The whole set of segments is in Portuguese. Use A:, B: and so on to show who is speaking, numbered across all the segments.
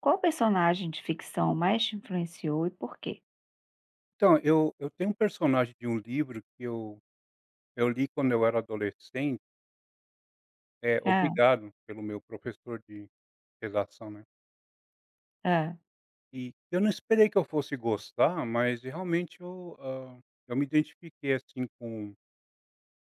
A: Qual personagem de ficção mais te influenciou e por quê?
B: Então, eu tenho um personagem de um livro que eu li quando eu era adolescente, é
A: Ah,
B: obrigado pelo meu professor de redação, né.
A: hã.
B: E eu não esperei que eu fosse gostar, mas realmente eu, eu me identifiquei, assim, com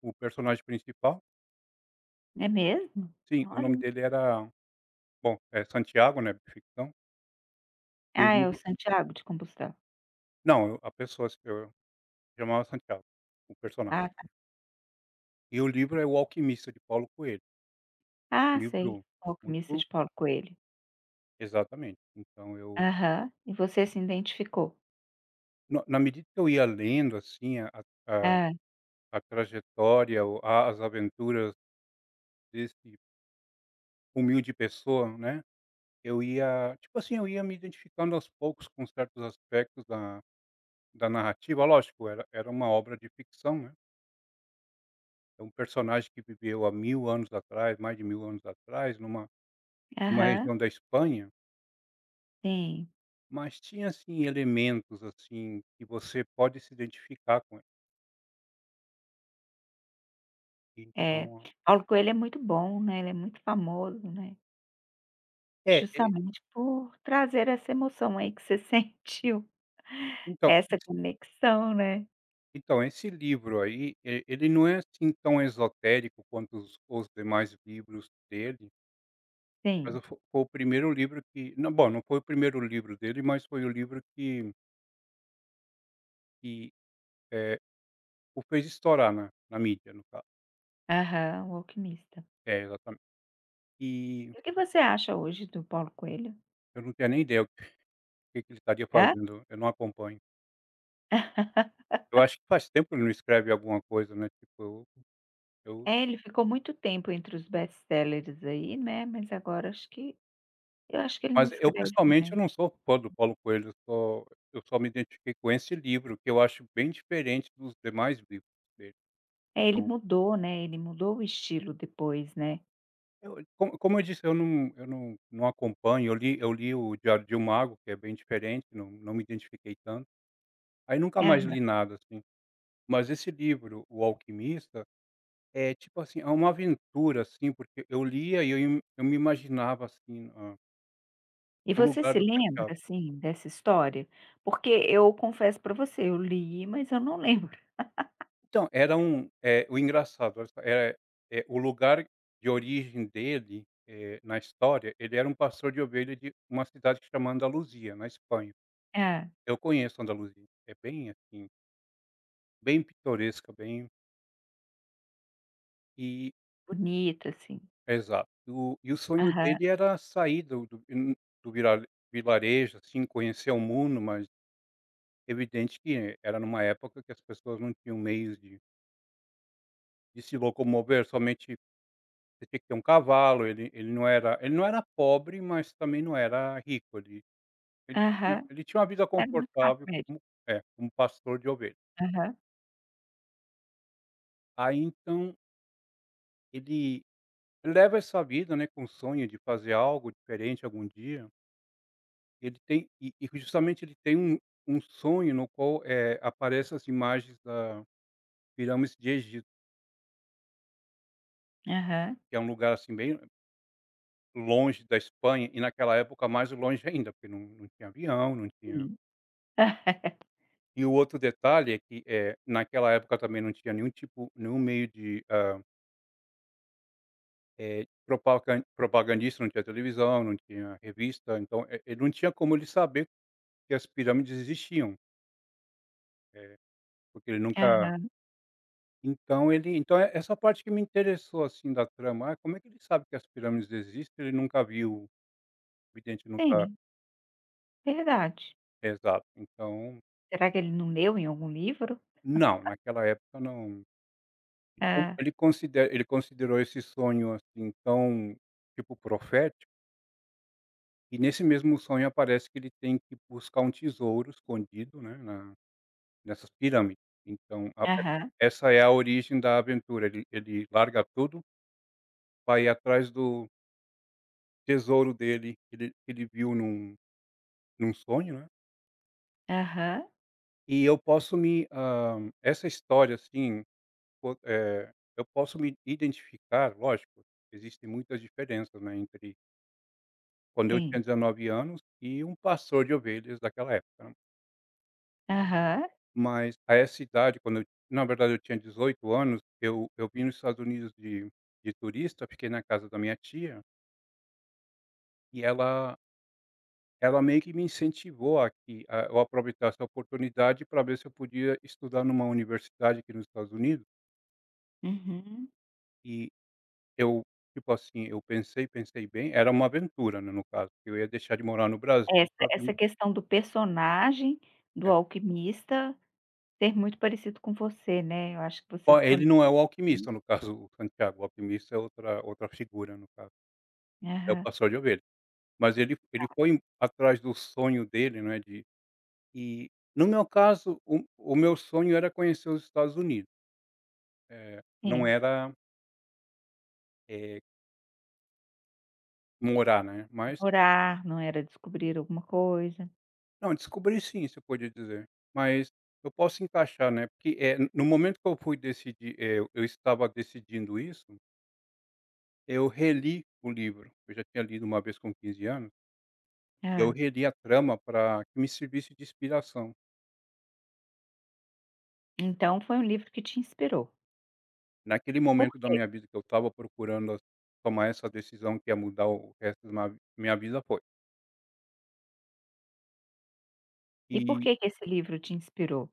B: o personagem principal.
A: É mesmo?
B: Sim, o
A: Olha.
B: nome dele era bom, é Santiago, né, ficção, e o
A: Ah, é o
B: livro
A: Santiago de Compostela.
B: não, a pessoa se eu chamava Santiago, o personagem.
A: Ah, tá.
B: E o livro é O Alquimista, de Paulo Coelho, um
A: Ah, sei.
B: livro
A: O Alquimista
B: muito
A: de Paulo Coelho.
B: exatamente. Então eu
A: Aham. E você se identificou?
B: Na medida que eu ia lendo, assim, a a
A: Ah,
B: a trajetória ou a as aventuras desse humilde pessoa, né, eu ia tipo assim, eu ia me identificando aos poucos com certos aspectos da narrativa. Lógico, era uma obra de ficção, né, é um personagem que viveu há 1000 anos atrás, mais de 1000 anos atrás, numa
A: aham.
B: região da Espanha,
A: Sim.
B: mas tinha, assim, elementos, assim, que você pode se identificar com ele.
A: É.
B: Então
A: Paulo Coelho é muito bom, né, ele é muito famoso, né,
B: é, e
A: justamente por trazer essa emoção aí que você sentiu,
B: então.
A: essa conexão, né.
B: Então, esse livro aí, e ele não é assim tão esotérico quanto os demais livros dele, mas
A: Sim.
B: o fo foi o primeiro livro que não, bom, não foi o primeiro livro dele, mas foi o livro que, eh, o fez estourar na mídia, no caso.
A: Aham, o Alquimista.
B: É, exatamente. E
A: E o que você acha hoje do Paulo Coelho?
B: eu não tenho nem ideia o que que ele estaria fazendo, eu não acompanho. Eu acho que faz tempo que ele não escreve alguma coisa, né, tipo, eu.
A: É, ele ficou muito tempo entre os best-sellers aí, né, mas agora acho que ele não
B: Mas eu
A: escreve
B: pessoalmente
A: mais.
B: eu não sou fã do Paulo Coelho, eu só me identifiquei com esse livro, que eu acho bem diferente dos demais livros dele.
A: É, ele
B: Eu
A: mudou, né, ele mudou o estilo depois, né.
B: eu como como eu disse, eu não acompanho, eu li o Diário de um Mago, que é bem diferente, não me identifiquei tanto. Aí nunca mais
A: Aham.
B: li nada, assim. Mas esse livro, O Alquimista, é tipo assim, é uma aventura, assim, porque eu lia e eu me imaginava, assim,
A: E
B: no
A: você
B: lugar
A: se
B: do
A: lembra,
B: Santiago.
A: assim, dessa história? Porque eu confesso pra você, eu li, mas eu não lembro.
B: Então, era um o engraçado, olha só, o lugar de origem dele, na história, ele era um pastor de ovelha de uma cidade chamada Andaluzia, na Espanha.
A: É,
B: Eu conheço Andaluzia, é bem, assim, bem pitoresca, bem e
A: bonita, assim.
B: exato. O e o sonho
A: Aham,
B: dele era sair do do vilarejo, assim, conhecer o mundo, mas evidente que era numa época que as pessoas não tinham meios de se locomover, somente. Você tinha que ter um cavalo, ele ele não era pobre, mas também não era rico, ele ele tinha
A: aham.
B: ele tinha uma vida
A: Era uma classe
B: confortável
A: média.
B: como é, como pastor de ovelhas.
A: Aham,
B: Aí então ele leva essa vida, né, com o sonho de fazer algo diferente algum dia, ele tem e justamente ele tem um um sonho no qual, aparece as imagens da pirâmides de Egito,
A: aham,
B: que é um lugar, assim, bem longe da Espanha e naquela época mais longe ainda, porque não tinha avião, não tinha.
A: sim.
B: E o outro detalhe é que, naquela época também não tinha nenhum tipo nenhum meio de, propagandista, não tinha televisão, não tinha revista, então, ele não tinha como ele saber que as pirâmides existiam, eh, porque ele nunca.
A: Aham,
B: Então é essa parte que me interessou, assim, da trama, ah, como é que ele sabe que as pirâmides existem, ele nunca viu, o vidente nunca
A: sim, verdade.
B: é exato, então
A: Será que ele não leu em algum livro?
B: não, naquela época não. Então
A: É.
B: ele considera ele considerou esse sonho, assim, tão tipo profético. E nesse mesmo sonho aparece que ele tem que buscar um tesouro escondido, né, na nessas pirâmides. Então a é,
A: Aham,
B: essa é a origem da aventura, ele larga tudo, vai atrás do tesouro dele, que ele viu num sonho, né.
A: aham.
B: E eu posso me, essa história, assim, po eh, eu posso me identificar, lógico, existem muitas diferenças, né, entre quando eu tinha
A: Sim.
B: 19 anos e um pastor de ovelhas daquela época, né.
A: Aham.
B: Mas a essa idade, quando eu na verdade eu tinha 18 anos, eu vim nos Estados Unidos de turista, fiquei na casa da minha tia, e ela meio que me incentivou a que a eu aproveitasse a oportunidade para ver se eu podia estudar numa universidade aqui nos Estados Unidos,
A: Uhum.
B: e eu, tipo assim, pensei bem, era uma aventura, né, no caso, que eu ia deixar de morar no Brasil
A: Essa
B: pra vir
A: essa questão do personagem do
B: é.
A: alquimista ser muito parecido com você, né, eu acho que você
B: Ó,
A: se
B: ele
A: conecta,
B: não é o alquimista, no caso, o Santiago, o alquimista é outra figura, no caso, é o
A: aham,
B: pastor de ovelhas. Mas ele foi atrás do sonho dele, não é, de e no meu caso, o meu sonho era conhecer os Estados Unidos, não
A: sim.
B: era, eh, morar, né, mas
A: Orar, não era descobrir alguma coisa.
B: não, descobri sim, você pode dizer, mas eu posso encaixar, né, porque, no momento que eu fui decidir, eu estava decidindo isso, eu reli o livro, eu já tinha lido uma vez com 15 anos, eu
A: Ah,
B: reli a trama para que me servisse de inspiração.
A: então foi um livro que te inspirou.
B: Naquele
A: Por
B: momento da
A: quê?
B: minha vida que eu estava procurando tomar essa decisão que ia mudar o resto da ma minha vida foi.
A: E por
B: E
A: que que esse livro te inspirou?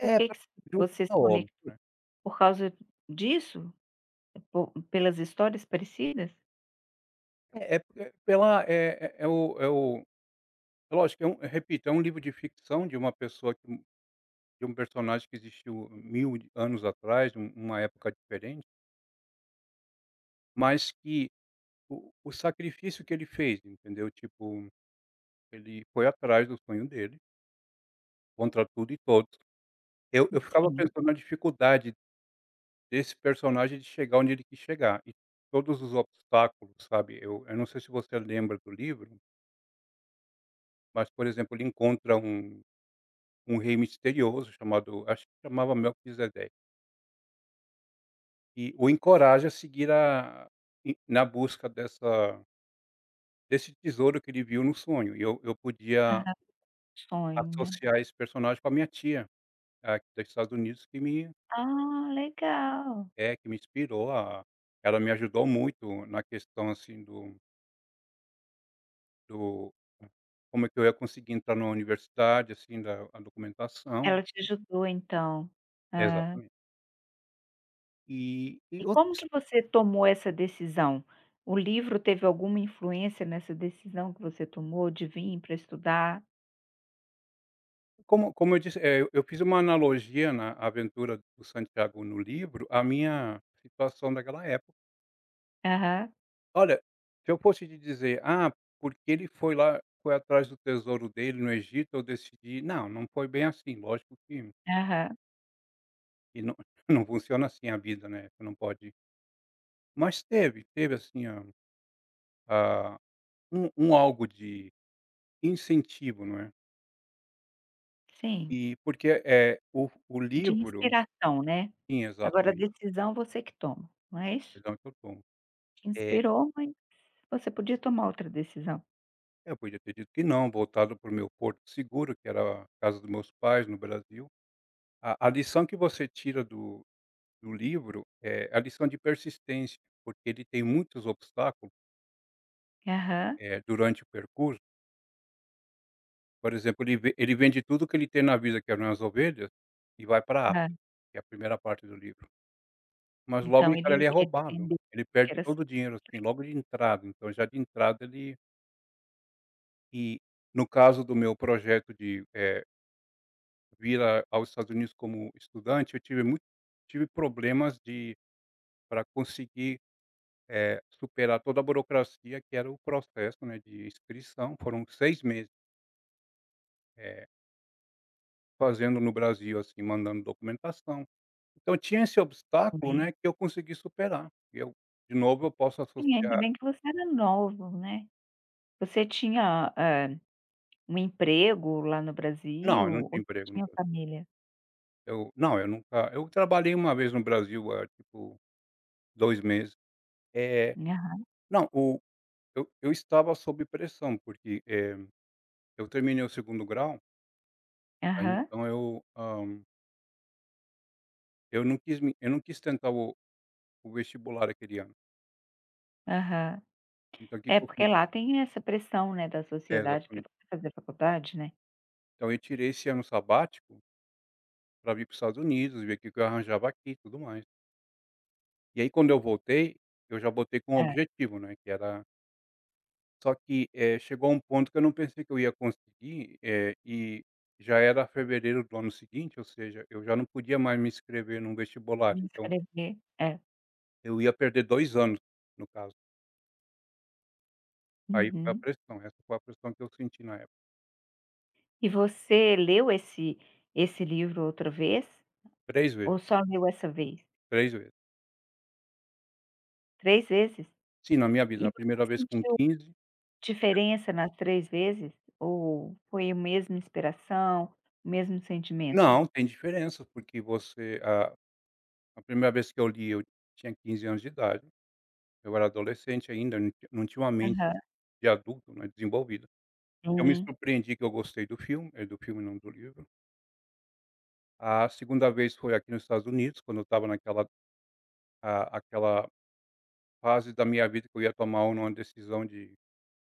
A: Por que
B: pra
A: que s
B: junto
A: Você
B: tá
A: se
B: óbvio,
A: conectou?
B: né.
A: Por causa disso? Po Pelas histórias parecidas?
B: É é p- é pela é é é o é o é lógico, é um eu repito, é um livro de ficção de uma pessoa que de um personagem que existiu 1000 de anos atrás, uma época diferente, mas que o sacrifício que ele fez, entendeu, tipo, ele foi atrás do sonho dele, contra tudo e todos. Eu ficava
A: Sim.
B: pensando na dificuldade desse personagem de chegar onde ele quis chegar, e todos os obstáculos, sabe, eu não sei se você lembra do livro, mas, por exemplo, ele encontra um um rei misterioso chamado acho que chamava Melquisedeque, e o encoraja a seguir a e na busca dessa desse tesouro que ele viu no sonho, e eu podia
A: Aham. Sonho, né.
B: associar esse personagem com a minha tia, aqui dos Estados Unidos, que me
A: Ah, legal.
B: é, que me inspirou a ela me ajudou muito na questão, assim, do. Do como é que eu ia conseguir entrar na universidade, assim, da a documentação.
A: Ela te ajudou então. Ah,
B: Exatamente. E
A: e como
B: outros
A: que você tomou essa decisão? O livro teve alguma influência nessa decisão que você tomou de vir para estudar?
B: como como eu disse, eu fiz uma analogia na aventura do Santiago no livro, a minha situação daquela época.
A: Aham,
B: Olha, se eu fosse te dizer: "Ah, porque ele foi lá foi atrás do tesouro dele no Egito, eu decidi", não, não foi bem assim, lógico
A: aham,
B: que não não funciona assim a vida, né, você não pode mas teve assim a um um algo de incentivo, não é?
A: sim.
B: E porque, é o
A: E de
B: livro
A: inspiração, né.
B: sim,
A: Agora a
B: exatamente,
A: decisão você que toma, mas
B: perdão que eu tomo.
A: te
B: É,
A: inspirou, mas você podia tomar outra decisão.
B: eu podia ter dito que não, voltado para o meu porto seguro, que era a casa dos meus pais no Brasil. A lição que você tira do do livro é a lição de persistência, porque ele tem muitos obstáculos,
A: Aham,
B: durante o percurso. Por exemplo, ele vende tudo que ele tem na vida, que eram as ovelhas, e vai para a
A: hã.
B: África, que é a primeira parte do livro. Mas logo de
A: Então
B: cara
A: ele
B: ele é
A: ele
B: roubado,
A: entendeu
B: ele perde
A: que era assim.
B: todo o dinheiro, assim, logo de entrada, então já de entrada ele e no caso do meu projeto de, vir a aos Estados Unidos como estudante, eu tive problemas de para conseguir, superar toda a burocracia que era o processo, né, de inscrição, foram 6 meses, eh, fazendo no Brasil, assim, mandando documentação. Então tinha esse obstáculo, né, que eu consegui superar, e eu de novo eu posso
A: Sim, ainda
B: associar
A: bem que você era novo, né. Você tinha, ah, um emprego lá no
B: não,
A: Brasil
B: eu não
A: ou
B: tinha
A: só
B: emprego no.
A: tinha família?
B: Eu não, eu nunca eu trabalhei uma vez no Brasil há, tipo, 2 meses. É,
A: Aham,
B: não, o eu estava sob pressão, porque, eu terminei o segundo grau, aí
A: aham,
B: então eu, eu não quis me eu não quis tentar o vestibular aquele ano.
A: aham.
B: Então o que
A: É,
B: que eu
A: porque
B: fiz
A: lá tem essa pressão, né, da
B: é,
A: sociedade para
B: exatamente.
A: você fazer faculdade, né.
B: Então eu tirei esse ano sabático para vir para os Estados Unidos, ver o que que eu arranjava aqui e tudo mais. E aí quando eu voltei, eu já voltei com um
A: É,
B: objetivo, né, que era. Só que, chegou a um ponto que eu não pensei que eu ia conseguir, e já era fevereiro do ano seguinte, ou seja, eu já não podia mais me inscrever num vestibular,
A: me
B: então
A: inscrever é,
B: eu ia perder 2 anos, no caso. Aí foi a
A: uhum.
B: pressão, essa foi a pressão que eu senti na época.
A: E você leu esse livro outra vez
B: 3 vezes,
A: ou só leu essa vez?
B: 3 vezes.
A: Três vezes?
B: Sim, na minha vida,
A: E
B: a primeira
A: você
B: vez com
A: sentiu
B: 15.
A: diferença nas 3 vezes ou foi a mesma inspiração, o mesmo sentimento?
B: Não, tem diferença, porque você a primeira vez que eu li eu tinha 15 anos de idade, eu era adolescente ainda, não tinha uma mente
A: Aham.
B: de adulto, né, desenvolvida. Eu me
A: Sim.
B: surpreendi que eu gostei do filme, do filme não do livro. A segunda vez foi aqui nos Estados Unidos, quando eu estava naquela a aquela fase da minha vida que eu ia tomar uma decisão de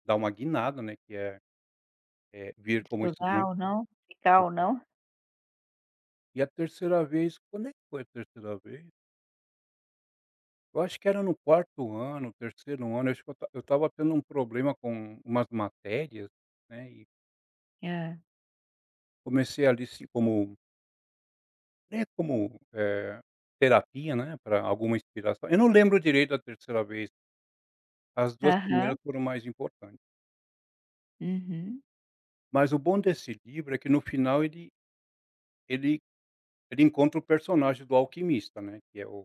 B: dar uma guinada, né, que é é vir como
A: Estudar
B: estudante.
A: ou não, ficar ou não?
B: E a terceira vez, quando é que foi a terceira vez? Eu acho que era no quarto ano, terceiro ano, eu acho que eu estava tendo um problema com umas matérias, né, e
A: Hã.
B: comecei ali se como é como, terapia, né, para alguma inspiração. Eu não lembro direito da terceira vez, as duas
A: Aham.
B: primeiras foram mais importantes.
A: Uhum.
B: Mas o bom desse livro é que no final ele ele encontra o personagem do alquimista, né, que é o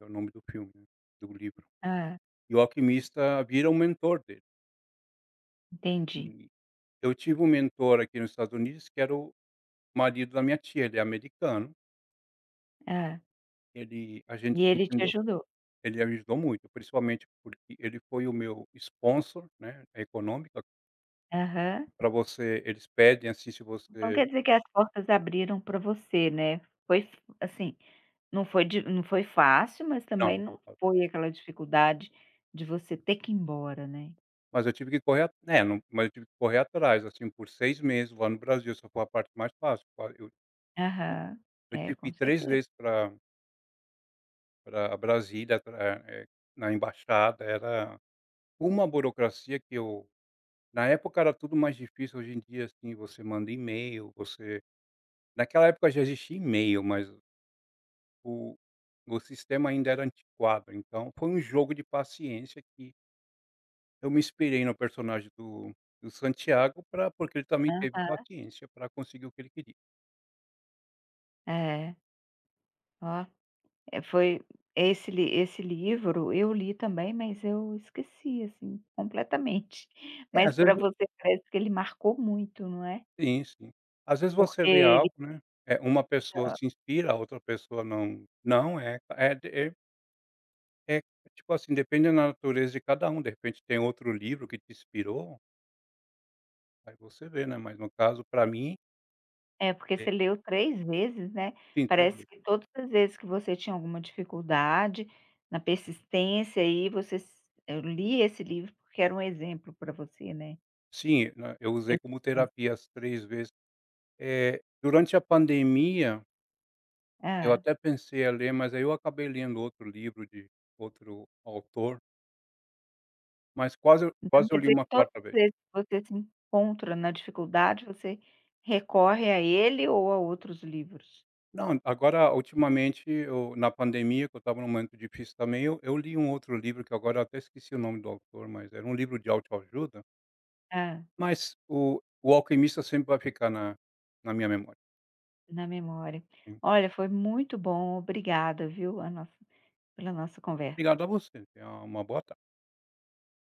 B: é o nome do filme, né, do livro.
A: Ah,
B: E o alquimista vira o mentor dele.
A: entendi.
B: E eu tive um mentor aqui nos Estados Unidos que era o marido da minha tia, ele é americano,
A: Ah,
B: ele a gente
A: e
B: se
A: ele te
B: entendeu.
A: ajudou.
B: Ele ajudou muito, principalmente porque ele foi o meu sponsor, né, econômico.
A: Aham.
B: Pra você eles pedem, assim, se
A: Então
B: você
A: quer dizer que as portas abriram para você, né. Foi f assim, não foi fácil, mas
B: não,
A: também
B: não
A: não
B: fala.
A: foi aquela dificuldade de você ter que ir embora, né.
B: Mas eu tive que correr a é, não, mas eu tive que correr atrás, assim, por 6 meses lá no Brasil, essa foi a parte mais fácil, qua
A: Aham.
B: eu
A: É,
B: tive que ir
A: com
B: 3
A: certeza.
B: vezes pra pra Brasília, pra, na embaixada, era uma burocracia que eu na época era tudo mais difícil, hoje em dia, assim, você manda e-mail, você naquela época já existia e-mail, mas o o sistema ainda era antiquado, então foi um jogo de paciência que eu me inspirei no personagem do do Santiago pra porque ele também teve
A: Aham.
B: paciência para conseguir o que ele queria.
A: É. Ó, foi esse livro eu li também, mas eu esqueci, assim, completamente.
B: É,
A: Mas
B: às
A: para
B: vezes
A: você parece que ele marcou muito, não é?
B: sim, sim. Às vezes você lê
A: Porque
B: algo, né, é uma pessoa se inspira, a outra pessoa não não, é é é é tipo assim, depende da natureza de cada um, de repente tem outro livro que te inspirou, aí você vê, né, mas no caso para mim,
A: é, porque
B: eh
A: você leu 3 vezes, né,
B: sim, três
A: parece que
B: vezes.
A: todas as vezes que você tinha alguma dificuldade, na persistência aí você s eu li esse livro porque era um exemplo para você, né.
B: Sim, né, eu usei como
A: Persistência.
B: terapia as 3 vezes. É durante a pandemia eu
A: Hã.
B: até pensei a ler, mas aí eu acabei lendo outro livro de outro autor, mas quase eu
A: Então
B: quase eu
A: quer
B: li
A: dizer
B: uma
A: que todas
B: quarta
A: as
B: vez.
A: vezes que você se encontra na dificuldade, você recorre a ele ou a outros livros?
B: Não, agora ultimamente eu na pandemia, que eu estava num momento difícil também, eu li um outro livro que agora eu até esqueci o nome do autor, mas era um livro de autoajuda,
A: Ah,
B: mas o Alquimista sempre vai ficar na na minha memória,
A: na memória.
B: sim.
A: Olha, foi muito bom, obrigada, viu, a nossa pela nossa conversa.
B: Obrigado a você, tenha uma boa